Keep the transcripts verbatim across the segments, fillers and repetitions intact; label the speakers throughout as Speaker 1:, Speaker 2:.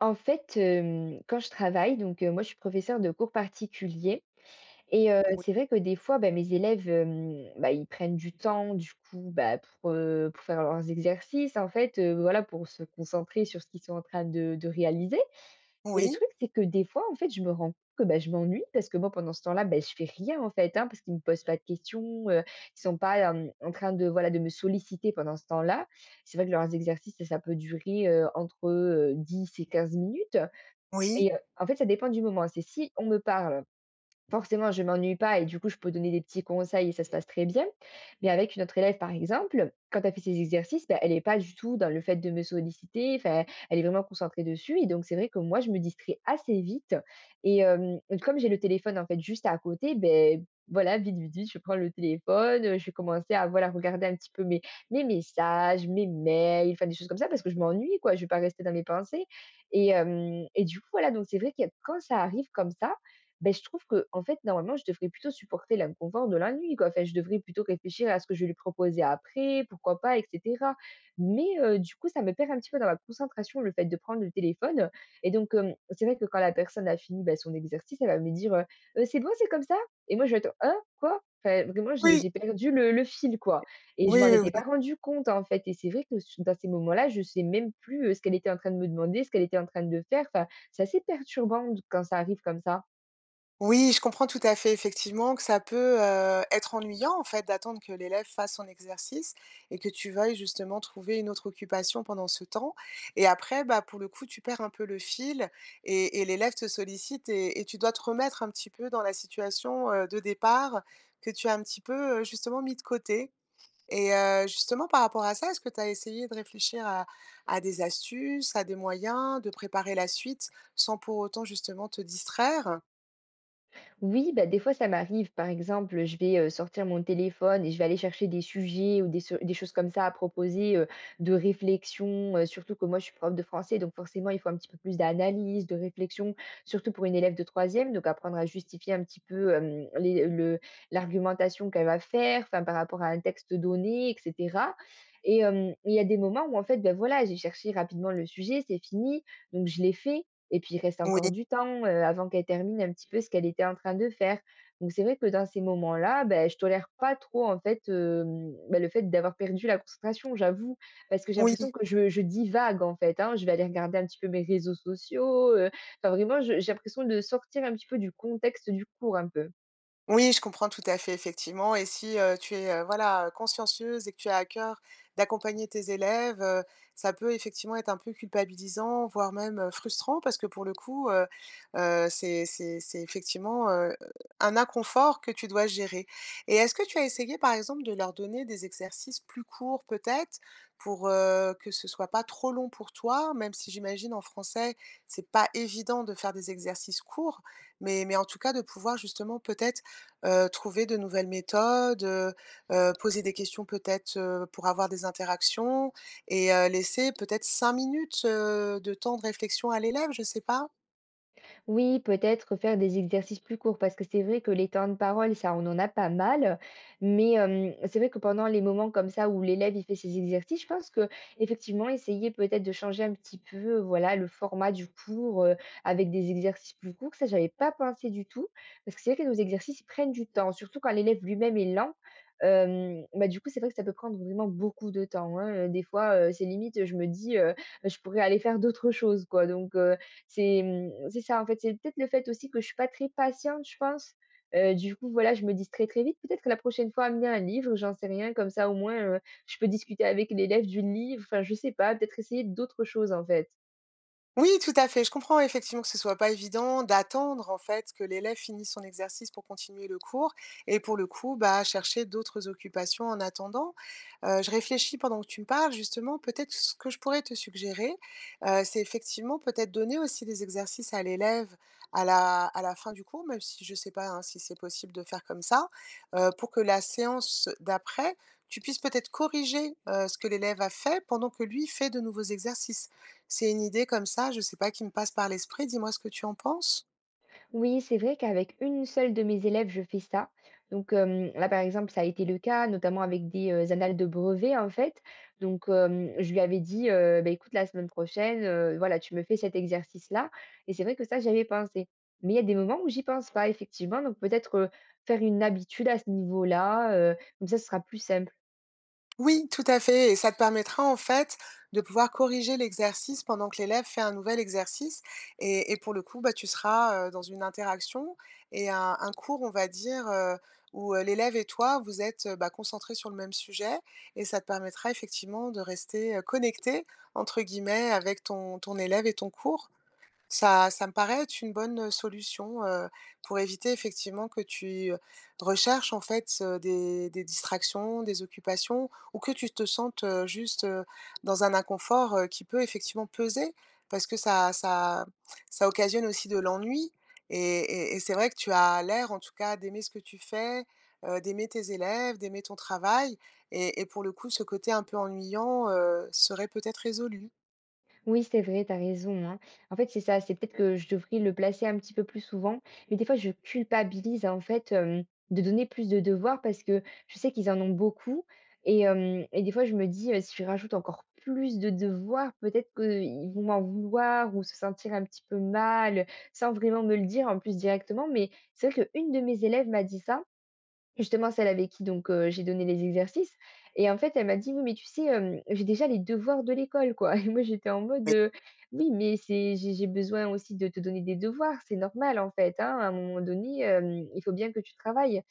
Speaker 1: En fait, hem, quand je travaille, donc heu, moi je suis professeure de cours particuliers et heu,
Speaker 2: Oui,
Speaker 1: c'est vrai que des fois, bah, mes élèves, hem, bah, ils prennent du temps du coup, bah, pour, heu, pour faire leurs exercices en fait, heu, voilà, pour se concentrer sur ce qu'ils sont en train de de réaliser. Et le
Speaker 2: oui,
Speaker 1: truc, c'est que des fois, en fait, je me rends compte que, bah, je m'ennuie parce que moi pendant ce temps-là, bah, je fais rien en fait, hein, parce qu'ils me posent pas de questions, heu, ils sont pas, hem, en train de, voilà, de me solliciter pendant ce temps-là. C'est vrai que leurs exercices, ça ça peut durer, heu, entre, heu, dix et quinze minutes
Speaker 2: oui,
Speaker 1: et heu, en fait, ça dépend du moment. C'est si on me parle. Forcément, je m'ennuie pas et du coup, je peux donner des petits conseils et ça se passe très bien. Mais avec une autre élève, par exemple, quand elle fait ses exercices, bah, elle est pas du tout dans le fait de me solliciter. Enfin, elle est vraiment concentrée dessus. Et donc, c'est vrai que moi, je me distrais assez vite. Et euh, comme j'ai le téléphone, en fait, juste à côté, ben, voilà, vite, vite, vite, je prends le téléphone, euh, je vais commencer à voilà, regarder un petit peu mes, mes messages, mes mails, enfin, des choses comme ça, parce que je m'ennuie, quoi. Je ne vais pas rester dans mes pensées. Et, euh, et du coup, voilà, donc c'est vrai que quand ça arrive comme ça, ben je trouve que en fait, normalement, je devrais plutôt supporter l'inconfort de la nuit, quoi. Enfin, je devrais plutôt réfléchir à ce que je vais lui proposer après, pourquoi pas, et cetera. Mais heu, du coup, ça me perd un petit peu dans ma concentration, le fait de prendre le téléphone. Et donc hem, c'est vrai que quand la personne a fini, bah, son exercice, elle va me dire, heu: «Heu, c'est bon, c'est comme ça?» et moi, je vais être: «Hein? Quoi?» enfin, vraiment, j'ai
Speaker 2: oui,
Speaker 1: j'ai perdu le le fil, quoi. Et je
Speaker 2: oui,
Speaker 1: m'en
Speaker 2: oui,
Speaker 1: étais pas
Speaker 2: oui.
Speaker 1: rendu compte, en fait. Et c'est vrai que s dans ces moments-là, je sais même plus, heu, ce qu'elle était en train de me demander, ce qu'elle était en train de faire. Enfin, c'est assez perturbant d quand ça arrive comme ça.
Speaker 2: Oui, je comprends tout à fait effectivement que ça peut, heu, être ennuyant en fait d'attendre que l'élève fasse son exercice et que tu veuilles justement trouver une autre occupation pendant ce temps et après, bah, pour le coup, tu perds un peu le fil et et l'élève te sollicite et et tu dois te remettre un petit peu dans la situation, heu, de départ que tu as un petit peu, heu, justement mis de côté. Et heu, justement par rapport à ça, est-ce que tu as essayé de réfléchir à à des astuces, à des moyens de préparer la suite sans pour autant justement te distraire?
Speaker 1: Oui, bah, des fois, ça m'arrive. Par exemple, je vais, heu, sortir mon téléphone et je vais aller chercher des sujets ou des so des choses comme ça à proposer, heu, de réflexion, heu, surtout que moi, je suis prof de français, donc forcément, il faut un petit peu plus d'analyse, de réflexion, surtout pour une élève de troisième, donc apprendre à justifier un petit peu, hem, les le l'argumentation qu'elle va faire, enfin, par rapport à un texte donné et cetera. Et hem, il y a des moments où en fait, ben voilà, j'ai cherché rapidement le sujet, c'est fini, donc je l'ai fait et puis il reste
Speaker 2: Oui,
Speaker 1: encore du temps, heu, avant qu'elle termine un petit peu ce qu'elle était en train de faire. Donc c'est vrai que dans ces moments-là, ben je tolère pas trop en fait, hem, bah, le fait d'avoir perdu la concentration, j'avoue. Parce que j'ai
Speaker 2: oui.
Speaker 1: l'impression que je je divague en fait, hein. Je vais aller regarder un petit peu mes réseaux sociaux, heu, enfin vraiment je j'ai l'impression de sortir un petit peu du contexte du cours un peu.
Speaker 2: Oui, je comprends tout à fait, effectivement. Et si, heu, tu es, heu, voilà, consciencieuse et que tu as à cœur d'accompagner tes élèves, heu, ça peut effectivement être un peu culpabilisant, voire même, heu, frustrant parce que pour le coup, heu heu, c'est c'est c'est effectivement, heu, un inconfort que tu dois gérer. Et est-ce que tu as essayé, par exemple, de leur donner des exercices plus courts peut-être pour, heu, que ce soit pas trop long pour toi? Même si j'imagine en français, c'est pas évident de faire des exercices courts, mais mais en tout cas de pouvoir justement peut-être heu, trouver de nouvelles méthodes, heu heu, poser des questions peut-être, heu, pour avoir des interactions et heu, laisser peut-être cinq minutes, heu, de temps de réflexion à l'élève, je sais pas?
Speaker 1: Oui, peut-être faire des exercices plus courts, parce que c'est vrai que les temps de parole, ça, on en a pas mal. Mais hem, c'est vrai que pendant les moments comme ça où l'élève, il fait ses exercices, je pense que effectivement, essayer peut-être de changer un petit peu, voilà, le format du cours, heu, avec des exercices plus courts, ça, j'avais pas pensé du tout. Parce que c'est vrai que nos exercices, ils prennent du temps, surtout quand l'élève lui-même est lent. Hem, bah, du coup, c'est vrai que ça peut prendre vraiment beaucoup de temps, hein. Des fois, heu, c'est limite, je me dis, heu, je pourrais aller faire d'autres choses, quoi, donc heu c'est, mmh, c'est ça, en fait, c'est peut-être le fait aussi que je suis pas très patiente, je pense. Heu, du coup, voilà, je me distrais très vite. Peut-être que la prochaine fois, amener un livre, j'en sais rien, comme ça, au moins, heu, je peux discuter avec l'élève du livre, enfin, je sais pas, peut-être essayer d'autres choses, en fait.
Speaker 2: Oui, tout à fait. Je comprends effectivement que ce soit pas évident d'attendre en fait que l'élève finisse son exercice pour continuer le cours et pour le coup, bah, chercher d'autres occupations en attendant. Heu, je réfléchis pendant que tu me parles justement, peut-être ce que je pourrais te suggérer, heu, c'est effectivement peut-être donner aussi des exercices à l'élève à la à la fin du cours, même si je sais pas, hein, si c'est possible de faire comme ça, heu, pour que la séance d'après, tu puisses peut-être corriger, heu, ce que l'élève a fait pendant que lui fait de nouveaux exercices. C'est une idée comme ça, je sais pas, qui me passe par l'esprit, dis-moi ce que tu en penses?
Speaker 1: Oui, c'est vrai qu'avec une seule de mes élèves, je fais ça. Donc hem, là, par exemple, ça a été le cas, notamment avec des, heu, annales de brevet, en fait. Donc hem, je lui avais dit, heu: «Beh, écoute, la semaine prochaine, heu, voilà, tu me fais cet exercice-là» et c'est vrai que ça, j'y avais pensé. Mais il y a des moments où j'y pense pas effectivement, donc peut-être, heu, faire une habitude à ce niveau-là, heu, comme ça, ce sera plus simple.
Speaker 2: Oui, tout à fait. Et ça te permettra en fait de pouvoir corriger l'exercice pendant que l'élève fait un nouvel exercice. Et, et pour le coup, bah, tu seras euh, dans une interaction et un, un cours, on va dire, euh, où euh, l'élève et toi, vous êtes euh, bah, concentrés sur le même sujet. Et ça te permettra effectivement de rester euh, connecté, entre guillemets, avec ton, ton élève et ton cours. Ça ça me paraît être une bonne, solution, heu, pour éviter effectivement que tu, heu, recherches en fait, heu, des des distractions, des occupations ou que tu te sentes, heu, juste, heu, dans un inconfort, heu, qui peut effectivement peser parce que ça ça ça occasionne aussi de l'ennui et et et c'est vrai que tu as l'air en tout cas d'aimer ce que tu fais, heu, d'aimer tes élèves, d'aimer ton travail et et pour le coup, ce côté un peu ennuyant, heu, serait peut-être résolu.
Speaker 1: Oui, c'est vrai, t'as raison, hein. En fait, c'est ça, c'est peut-être que je devrais le placer un petit peu plus souvent, mais des fois, je culpabilise, en fait, hem, de donner plus de devoirs parce que je sais qu'ils en ont beaucoup et hem et des fois, je me dis, heu, si je rajoute encore plus de devoirs, peut-être qu'ils vont m'en vouloir ou se sentir un petit peu mal, sans vraiment me le dire en plus directement. Mais c'est vrai qu'une de mes élèves m'a dit ça. Justement, celle avec qui donc heu, j'ai donné les exercices et en fait, elle m'a dit: «Oui, mais tu sais, hem, j'ai déjà les devoirs de l'école, quoi» et moi, j'étais en mode, heu: «Oui, mais c'est j'ai j'ai besoin aussi de te donner des devoirs, c'est normal, en fait, hein, à un moment donné, hem, il faut bien que tu travailles».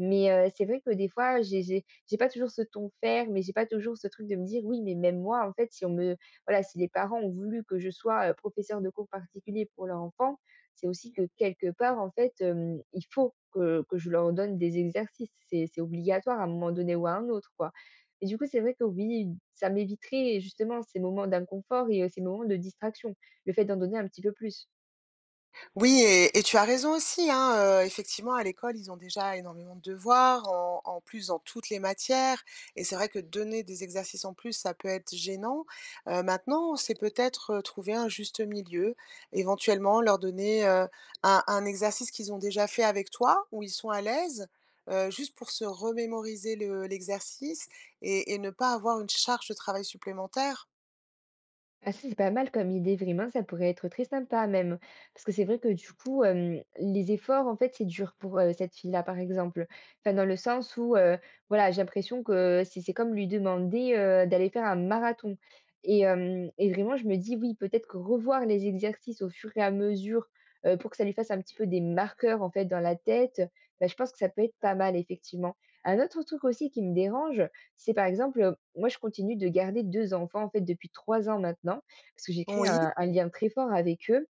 Speaker 1: Mais heu, c'est vrai que des fois, j'ai j'ai j'ai pas toujours ce ton fer, mais j'ai pas toujours ce truc de me dire: «Oui, mais même moi, en fait, si on me» voilà, si les parents ont voulu que je sois, heu, professeure de cours particulier pour leur enfant, c'est aussi que quelque part, en fait, hem, il faut que que je leur donne des exercices. C'est c'est obligatoire à un moment donné ou à un autre, quoi. Et du coup, c'est vrai que oui, ça m'éviterait justement ces moments d'inconfort et heu, ces moments de distraction, le fait d'en donner un petit peu plus.
Speaker 2: Oui et et tu as raison aussi, hein, heu, effectivement à l'école, ils ont déjà énormément de devoirs, en en plus dans toutes les matières et c'est vrai que donner des exercices en plus, ça peut être gênant. Heu, maintenant, c'est peut-être, heu, trouver un juste milieu, éventuellement leur donner, heu, un un exercice qu'ils ont déjà fait avec toi, où ils sont à l'aise, heu, juste pour se remémoriser le l'exercice et et ne pas avoir une charge de travail supplémentaire.
Speaker 1: Ah ça, c'est pas mal comme idée, vraiment, ça pourrait être très sympa même. Parce que c'est vrai que du coup, hem, les efforts, en fait, c'est dur pour, heu, cette fille-là, par exemple. Enfin, dans le sens où, heu, voilà, j'ai l'impression que c'est c'est comme lui demander, heu, d'aller faire un marathon. Et hem et vraiment, je me dis: «Oui, peut-être que revoir les exercices au fur et à mesure, heu, pour que ça lui fasse un petit peu des marqueurs, en fait, dans la tête», bah, je pense que ça peut être pas mal, effectivement. Un autre truc aussi qui me dérange, c'est par exemple, heu, moi je continue de garder deux enfants en fait depuis trois ans maintenant, parce que j'ai créé
Speaker 2: Oui,
Speaker 1: un un lien très fort avec eux.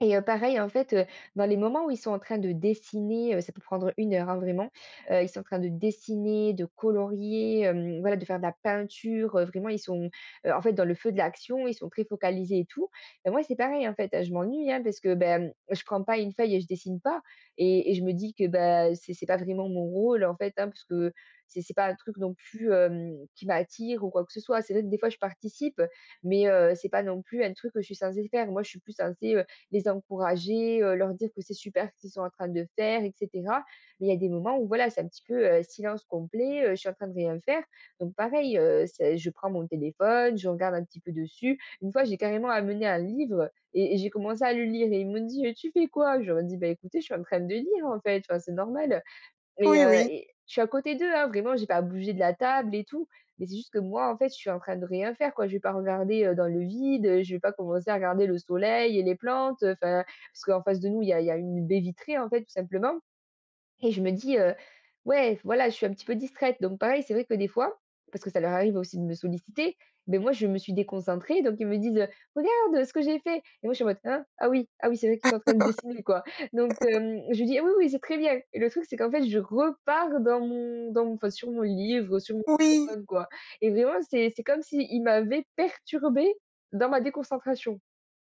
Speaker 1: Et heu, pareil, en fait, heu, dans les moments où ils sont en train de dessiner, heu, ça peut prendre une heure, hein, vraiment. Heu, ils sont en train de dessiner, de colorier, hem, voilà, de faire de la peinture, heu, vraiment ils sont, heu, en fait, dans le feu de l'action, ils sont très focalisés et tout. Bah, moi, c'est pareil, en fait, heu, je m'ennuie, hein, parce que, ben, je prends pas une feuille et je dessine pas. Et et je me dis que, ben c'est c'est pas vraiment mon rôle, en fait, hein, parce que c'est c'est pas un truc non plus, hem, qui m'attire ou quoi que ce soit. C'est vrai que des fois je participe, mais heu, c'est pas non plus un truc que je suis censée faire. Moi, je suis plus censée, les encourager, heu, leur dire que c'est super ce qu'ils sont en train de faire et cetera. Mais il y a des moments où voilà, c'est un petit peu, heu, silence complet, heu, je suis en train de rien faire. Donc pareil, heu, c'est je prends mon téléphone, je regarde un petit peu dessus. Une fois, j'ai carrément amené un livre et et j'ai commencé à le lire et ils m'ont dit: «tu fais quoi?» je leur ai dit: «Bah écoutez, je suis en train de lire en fait, enfin c'est normal». Mais,
Speaker 2: oui,
Speaker 1: heu
Speaker 2: oui,
Speaker 1: et je suis à côté d'eux, hein, vraiment, j'ai pas bougé de la table et tout. Mais c'est juste que moi, en fait, je suis en train de rien faire, quoi. Je vais pas regarder, heu, dans le vide, heu, je vais pas commencer à regarder le soleil et les plantes, enfin parce qu'en face de nous, il y a il y a une baie vitrée, en fait, tout simplement. Et je me dis, heu: «Ouais, voilà, je suis un petit peu distraite». Donc pareil, c'est vrai que des fois, parce que ça leur arrive aussi de me solliciter, mais moi je me suis déconcentrée, donc ils me disent, heu: «Regarde ce que j'ai fait» et moi je suis en mode: «Hein? Ah oui, ah oui, c'est vrai qu'ils sont en train de dessiner quoi». Donc hem, je dis: «Ah oui, oui, c'est très bien» et le truc c'est qu'en fait je repars dans mon dans mon enfin sur mon livre, sur mon
Speaker 2: oui.
Speaker 1: téléphone, quoi. Et vraiment c'est c'est comme s'ils m'avaient perturbée dans ma déconcentration.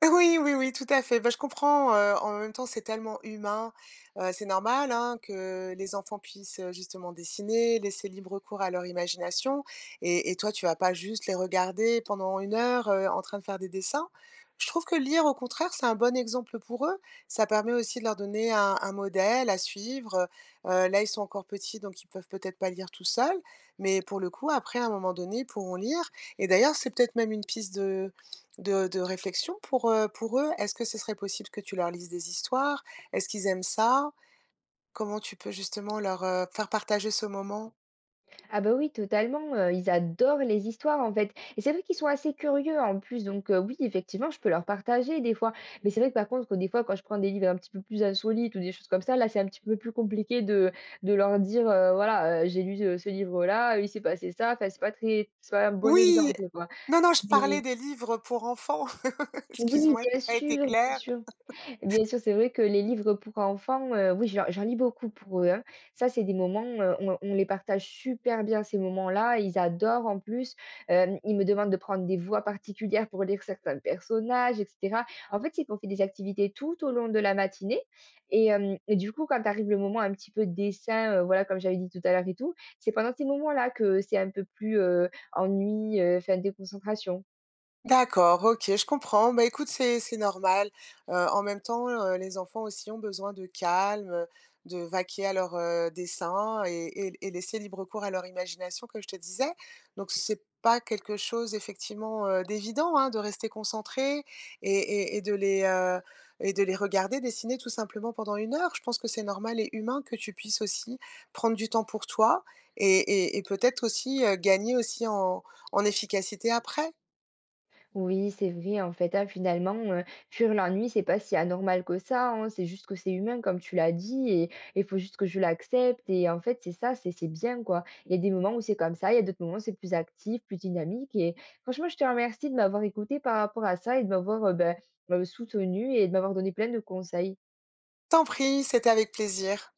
Speaker 2: Oui, oui, oui, tout à fait. Bah, je comprends, heu, en même temps, c'est tellement humain, heu, c'est normal, hein, que les enfants puissent, heu, justement dessiner, laisser libre cours à leur imagination et et toi, tu vas pas juste les regarder pendant une heure, heu, en train de faire des dessins. Je trouve que lire, au contraire, c'est un bon exemple pour eux. Ça permet aussi de leur donner un un modèle à suivre, heu, là, ils sont encore petits, donc ils peuvent peut-être pas lire tout seuls, mais pour le coup, après, à un moment donné, ils pourront lire et d'ailleurs, c'est peut-être même une piste de de de réflexion pour, heu, pour eux? Est-ce que ce serait possible que tu leur lises des histoires? Est-ce qu'ils aiment ça? Comment tu peux justement leur, heu, faire partager ce moment?
Speaker 1: Ah bah oui, totalement, heu, ils adorent les histoires, en fait et c'est vrai qu'ils sont assez curieux en plus donc heu, oui, effectivement, je peux leur partager des fois. Mais c'est vrai que par contre, que des fois, quand je prends des livres un petit peu plus insolites ou des choses comme ça, là, c'est un petit peu plus compliqué de de leur dire, heu, voilà, heu: «J'ai lu, heu, ce livre-là, il s'est passé ça». Enfin, c'est pas très c'est pas un bon
Speaker 2: Oui!
Speaker 1: exemple, quoi.
Speaker 2: Non, non, je
Speaker 1: Mais
Speaker 2: parlais des livres pour enfants.
Speaker 1: oui,
Speaker 2: Excuse-moi,
Speaker 1: bien
Speaker 2: j'ai pas été
Speaker 1: sûr, bien
Speaker 2: claire.
Speaker 1: sûr. Bien sûr, c'est vrai que les livres pour enfants, heu, oui, j'en j'en lis beaucoup pour eux, hein. Ça, c'est des moments, heu, on on les partage super bien ces moments-là. Ils adorent en plus. Hem, ils me demandent de prendre des voix particulières pour lire certains personnages et cetera. En fait, c'est qu'on fait des activités tout au long de la matinée et hem et du coup, quand arrive le moment un petit peu de dessin, heu, voilà, comme j'avais dit tout à l'heure et tout, c'est pendant ces moments-là que c'est un peu plus, heu, ennui, heu, enfin déconcentration.
Speaker 2: D'accord, OK, je comprends. Bah, écoute, c'est c'est normal. Heu, en même temps, heu, les enfants aussi ont besoin de calme, de vaquer à leurs, heu, desseins et et et laisser libre cours à leur imagination, comme je te disais. Donc c'est pas quelque chose effectivement, heu, d'évident, hein, de rester concentré et et et de les, heu et de les regarder dessiner tout simplement pendant une heure. Je pense que c'est normal et humain que tu puisses aussi prendre du temps pour toi et et et peut-être aussi, heu, gagner aussi en en efficacité après.
Speaker 1: Oui, c'est vrai, en fait, hein, finalement, heu, fuir l'ennui, c'est pas si anormal que ça, hein. C'est juste que c'est humain, comme tu l'as dit et il faut juste que je l'accepte et en fait, c'est ça, c'est c'est bien, quoi. Il y a des moments où c'est comme ça, il y a d'autres moments où c'est plus actif, plus dynamique et franchement, je te remercie de m'avoir écoutée par rapport à ça et de m'avoir, heu, bah, soutenue et de m'avoir donné plein de conseils.
Speaker 2: T'en prie, c'était avec plaisir.